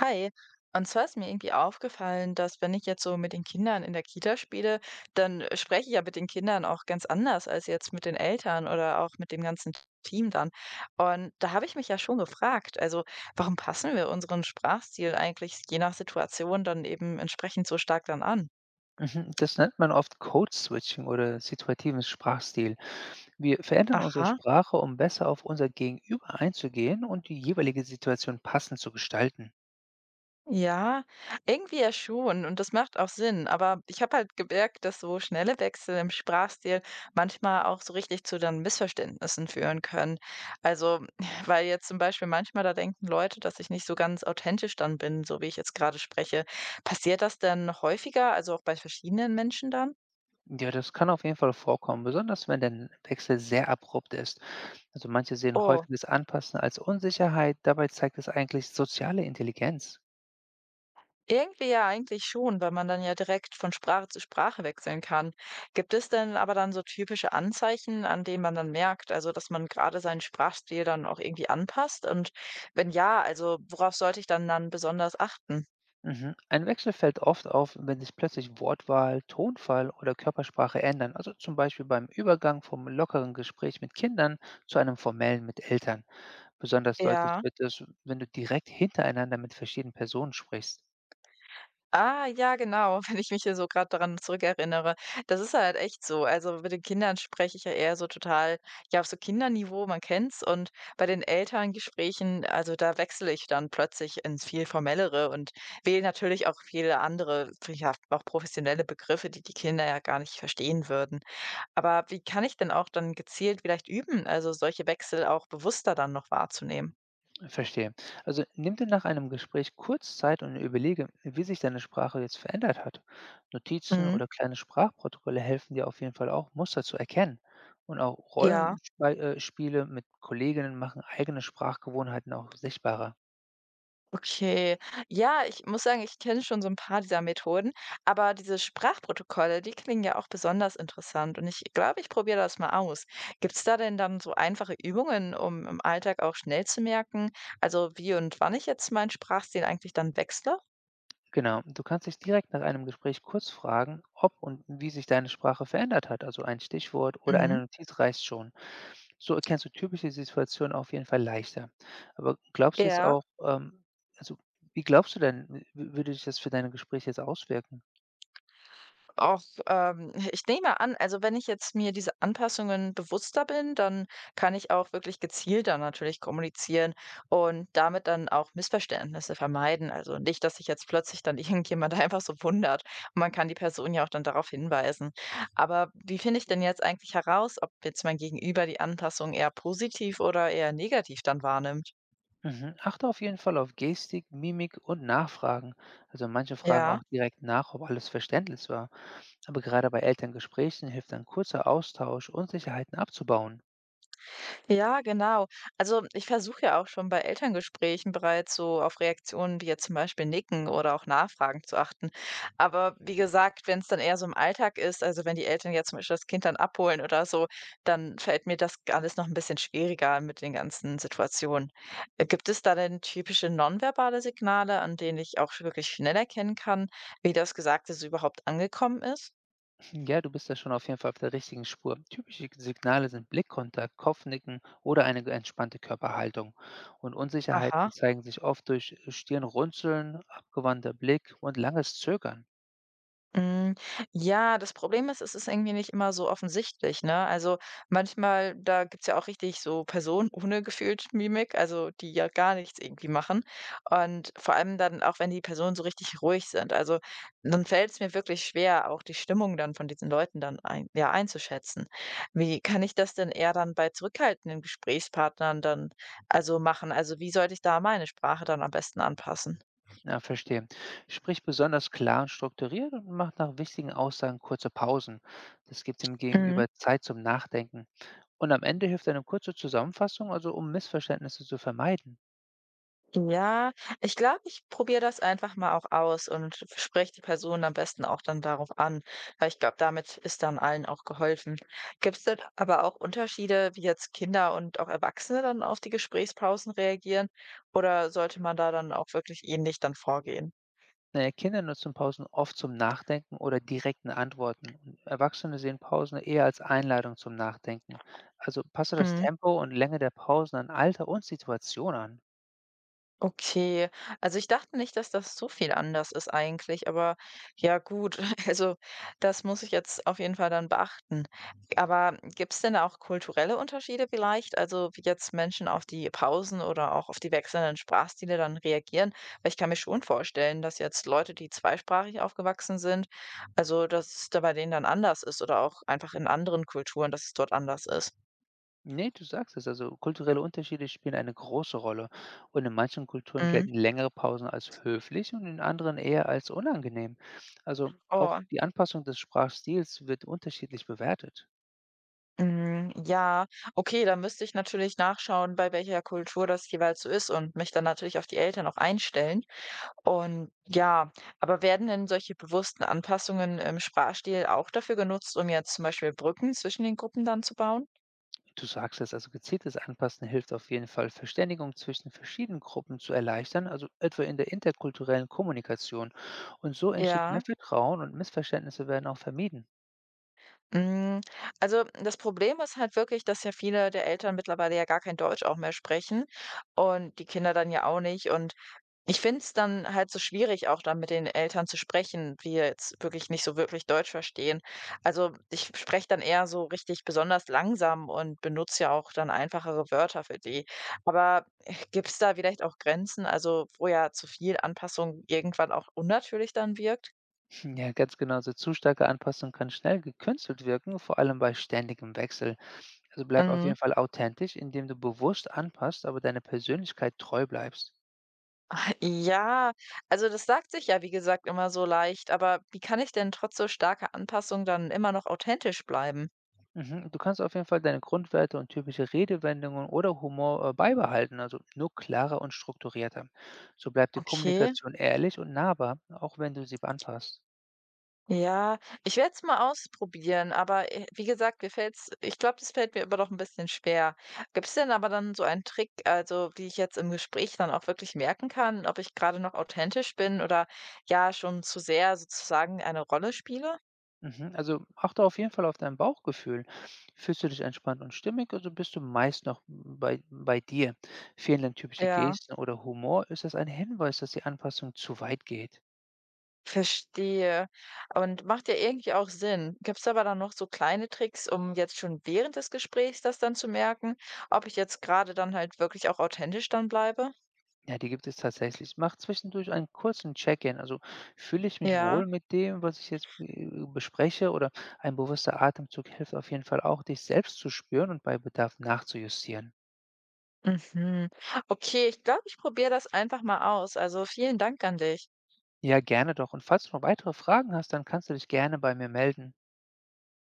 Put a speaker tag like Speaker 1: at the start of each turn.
Speaker 1: Hi. Und zwar ist mir irgendwie aufgefallen, dass wenn ich jetzt so mit den Kindern in der Kita spiele, dann spreche ich ja mit den Kindern auch ganz anders als jetzt mit den Eltern oder auch mit dem ganzen Team dann. Und da habe ich mich ja schon gefragt, also warum passen wir unseren Sprachstil eigentlich je nach Situation dann eben entsprechend so stark dann an?
Speaker 2: Mhm, das nennt man oft Code-Switching oder situativen Sprachstil. Wir verändern unsere
Speaker 1: Aha.
Speaker 2: Sprache, um besser auf unser Gegenüber einzugehen und die jeweilige Situation passend zu gestalten.
Speaker 1: Ja, irgendwie ja schon und das macht auch Sinn, aber ich habe halt gemerkt, dass so schnelle Wechsel im Sprachstil manchmal auch so richtig zu dann Missverständnissen führen können. Also, weil jetzt zum Beispiel manchmal da denken Leute, dass ich nicht so ganz authentisch dann bin, so wie ich jetzt gerade spreche. Passiert das denn häufiger, also auch bei verschiedenen Menschen dann?
Speaker 2: Ja, das kann auf jeden Fall vorkommen, besonders wenn der Wechsel sehr abrupt ist. Also manche sehen
Speaker 1: Oh,
Speaker 2: häufiges Anpassen als Unsicherheit, dabei zeigt es eigentlich soziale Intelligenz.
Speaker 1: irgendwie ja eigentlich schon, weil man dann ja direkt von Sprache zu Sprache wechseln kann. Gibt es denn aber dann so typische Anzeichen, an denen man dann merkt, also dass man gerade seinen Sprachstil dann auch irgendwie anpasst? Und wenn ja, also worauf sollte ich dann besonders achten?
Speaker 2: Mhm. Ein Wechsel fällt oft auf, wenn sich plötzlich Wortwahl, Tonfall oder Körpersprache ändern, also zum Beispiel beim Übergang vom lockeren Gespräch mit Kindern zu einem formellen mit Eltern. Besonders deutlich
Speaker 1: Ja.
Speaker 2: wird es, wenn du direkt hintereinander mit verschiedenen Personen sprichst.
Speaker 1: Ah, ja, genau, wenn ich mich hier so gerade daran zurückerinnere. Das ist halt echt so. Also, mit den Kindern spreche ich ja eher so total, ja, auf so Kinderniveau, man kennt's. Und bei den Elterngesprächen, also da wechsle ich dann plötzlich ins viel Formellere und wähle natürlich auch viele andere, ja, auch professionelle Begriffe, die die Kinder ja gar nicht verstehen würden. Aber wie kann ich denn auch dann gezielt vielleicht üben, also solche Wechsel auch bewusster dann noch wahrzunehmen?
Speaker 2: Verstehe. Also nimm dir nach einem Gespräch kurz Zeit und überlege, wie sich deine Sprache jetzt verändert hat. Notizen
Speaker 1: Mhm.
Speaker 2: oder kleine Sprachprotokolle helfen dir auf jeden Fall auch, Muster zu erkennen. Und auch
Speaker 1: Ja.
Speaker 2: Rollenspiele mit Kolleginnen machen eigene Sprachgewohnheiten auch sichtbarer.
Speaker 1: Okay. Ja, ich muss sagen, ich kenne schon so ein paar dieser Methoden, aber diese Sprachprotokolle, die klingen ja auch besonders interessant und ich glaube, ich probiere das mal aus. Gibt es da denn dann so einfache Übungen, um im Alltag auch schnell zu merken, also wie und wann ich jetzt meinen Sprachstil eigentlich dann wechsle?
Speaker 2: Genau, du kannst dich direkt nach einem Gespräch kurz fragen, ob und wie sich deine Sprache verändert hat. Also ein Stichwort oder eine
Speaker 1: Mhm.
Speaker 2: Notiz reicht schon. So erkennst du typische Situationen auf jeden Fall leichter. Aber glaubst du jetzt
Speaker 1: Ja.
Speaker 2: auch, also wie glaubst du denn, würde sich das für deine Gespräche jetzt auswirken?
Speaker 1: Auch, ich nehme an also, wenn ich jetzt mir diese Anpassungen bewusster bin, dann kann ich auch wirklich gezielter natürlich kommunizieren und damit dann auch Missverständnisse vermeiden. Also, nicht, dass sich jetzt plötzlich dann irgendjemand einfach so wundert. Und man kann die Person ja auch dann darauf hinweisen. Aber wie finde ich denn jetzt eigentlich heraus, ob jetzt mein Gegenüber die Anpassung eher positiv oder eher negativ dann wahrnimmt?
Speaker 2: Mhm. Achte auf jeden Fall auf Gestik, Mimik und Nachfragen. Also manche fragen
Speaker 1: Ja.
Speaker 2: auch direkt nach, ob alles verständlich war. Aber gerade bei Elterngesprächen hilft ein kurzer Austausch, Unsicherheiten abzubauen.
Speaker 1: Ja, genau. Also ich versuche ja auch schon bei Elterngesprächen bereits so auf Reaktionen wie jetzt zum Beispiel Nicken oder auch Nachfragen zu achten. Aber wie gesagt, wenn es dann eher so im Alltag ist, also wenn die Eltern jetzt zum Beispiel das Kind dann abholen oder so, dann fällt mir das alles noch ein bisschen schwieriger mit den ganzen Situationen. Gibt es da denn typische nonverbale Signale, an denen ich auch wirklich schnell erkennen kann, wie das Gesagte so überhaupt angekommen ist?
Speaker 2: Ja, du bist da schon auf jeden Fall auf der richtigen Spur. Typische Signale sind Blickkontakt, Kopfnicken oder eine entspannte Körperhaltung. Und
Speaker 1: Aha.
Speaker 2: Unsicherheiten zeigen sich oft durch Stirnrunzeln, abgewandter Blick und langes Zögern.
Speaker 1: Hm, ja, das Problem ist, es ist irgendwie nicht immer so offensichtlich, ne? Also, manchmal da gibt's ja auch richtig so Personen ohne gefühlt Mimik, also die ja gar nichts irgendwie machen. Und vor allem dann auch, wenn die Personen so richtig ruhig sind. Also, dann fällt es mir wirklich schwer, auch die Stimmung dann von diesen Leuten dann ein ja, einzuschätzen. Wie kann ich das denn eher dann bei zurückhaltenden Gesprächspartnern dann also machen? Also, wie sollte ich da meine Sprache dann am besten anpassen?
Speaker 2: Ja, verstehe. Sprich besonders klar und strukturiert und mach nach wichtigen Aussagen kurze Pausen. Das gibt dem
Speaker 1: Mhm.
Speaker 2: Gegenüber Zeit zum Nachdenken. Und am Ende hilft eine kurze Zusammenfassung, also um Missverständnisse zu vermeiden.
Speaker 1: Ja, ich glaube, ich probiere das einfach mal auch aus und spreche die Person am besten auch dann darauf an, weil ich glaube, damit ist dann allen auch geholfen. Gibt es denn aber auch Unterschiede, wie jetzt Kinder und auch Erwachsene dann auf die Gesprächspausen reagieren? Oder sollte man da dann auch wirklich ähnlich dann vorgehen?
Speaker 2: Na ja, Kinder nutzen Pausen oft zum Nachdenken oder direkten Antworten. Und Erwachsene sehen Pausen eher als Einladung zum Nachdenken. Also passe das Tempo und Länge der Pausen an Alter und Situation an.
Speaker 1: Okay, also ich dachte nicht, dass das so viel anders ist eigentlich, aber ja gut, also das muss ich jetzt auf jeden Fall dann beachten. Aber gibt es denn da auch kulturelle Unterschiede vielleicht? Also wie jetzt Menschen auf die Pausen oder auch auf die wechselnden Sprachstile dann reagieren? Weil ich kann mir schon vorstellen, dass jetzt Leute, die zweisprachig aufgewachsen sind, also dass es da bei denen dann anders ist oder auch einfach in anderen Kulturen, dass es dort anders ist.
Speaker 2: Nee, du sagst es. Also kulturelle Unterschiede spielen eine große Rolle. Und in manchen Kulturen
Speaker 1: Mhm.
Speaker 2: gelten längere Pausen als höflich und in anderen eher als unangenehm. Also auch
Speaker 1: Oh.
Speaker 2: die Anpassung des Sprachstils wird unterschiedlich bewertet.
Speaker 1: Hm, ja, okay, da müsste ich natürlich nachschauen, bei welcher Kultur das jeweils so ist und mich dann natürlich auf die Eltern auch einstellen. Und ja, aber werden denn solche bewussten Anpassungen im Sprachstil auch dafür genutzt, um jetzt zum Beispiel Brücken zwischen den Gruppen dann zu bauen?
Speaker 2: Du sagst es, also gezieltes Anpassen hilft auf jeden Fall, Verständigung zwischen verschiedenen Gruppen zu erleichtern, also etwa in der interkulturellen Kommunikation. Und so entsteht mehr
Speaker 1: Ja.
Speaker 2: Vertrauen und Missverständnisse werden auch vermieden.
Speaker 1: Mm, also das Problem ist halt wirklich, dass ja viele der Eltern mittlerweile ja gar kein Deutsch auch mehr sprechen und die Kinder dann ja auch nicht. Und ich finde es dann halt so schwierig, auch dann mit den Eltern zu sprechen, die jetzt wirklich nicht so wirklich Deutsch verstehen. Also, ich spreche dann eher so richtig besonders langsam und benutze ja auch dann einfachere Wörter für die. Aber gibt's da vielleicht auch Grenzen, also wo ja zu viel Anpassung irgendwann auch unnatürlich dann wirkt?
Speaker 2: Hm, ja, ganz genau, so zu starke Anpassung kann schnell gekünstelt wirken, vor allem bei ständigem Wechsel. Also bleib auf
Speaker 1: Mhm.
Speaker 2: jeden Fall authentisch, indem du bewusst anpasst, aber deiner Persönlichkeit treu bleibst.
Speaker 1: Ah, ja, also das sagt sich ja, wie gesagt, immer so leicht, aber wie kann ich denn trotz so starker Anpassung dann immer noch authentisch bleiben?
Speaker 2: Mhm. Du kannst auf jeden Fall deine Grundwerte und typische Redewendungen oder Humor beibehalten, also nur klarer und strukturierter. So bleibt die
Speaker 1: Okay.
Speaker 2: Kommunikation ehrlich und nahbar, auch wenn du sie anpasst.
Speaker 1: Ja, ich werde es mal ausprobieren, aber, wie gesagt, mir fällt's ich glaube, das fällt mir immer noch ein bisschen schwer. Gibt's denn aber dann so einen Trick, also, wie ich jetzt im Gespräch dann auch wirklich merken kann, ob ich gerade noch authentisch bin oder, ja, schon zu sehr sozusagen eine Rolle spiele?
Speaker 2: Mhm. Also achte auf jeden Fall auf dein Bauchgefühl. Fühlst du dich entspannt und stimmig, also bist du meist noch bei dir. Fehlen dann typische
Speaker 1: Ja,
Speaker 2: Gesten oder Humor, ist das ein Hinweis, dass die Anpassung zu weit geht.
Speaker 1: verstehe. Und macht ja irgendwie auch Sinn. Gibt's aber dann noch so kleine Tricks, um jetzt schon während des Gesprächs das dann zu merken, ob ich jetzt gerade dann halt wirklich auch authentisch dann bleibe?
Speaker 2: Ja, die gibt es tatsächlich. Ich mache zwischendurch einen kurzen Check-in. Also fühle ich mich
Speaker 1: Ja.
Speaker 2: wohl mit dem, was ich jetzt bespreche oder ein bewusster Atemzug hilft auf jeden Fall auch, dich selbst zu spüren und bei Bedarf nachzujustieren.
Speaker 1: Mhm. Okay, ich glaube, ich probiere das einfach mal aus. Also vielen Dank an dich.
Speaker 2: Ja, gerne doch. Und falls du noch weitere Fragen hast, dann kannst du dich gerne bei mir melden.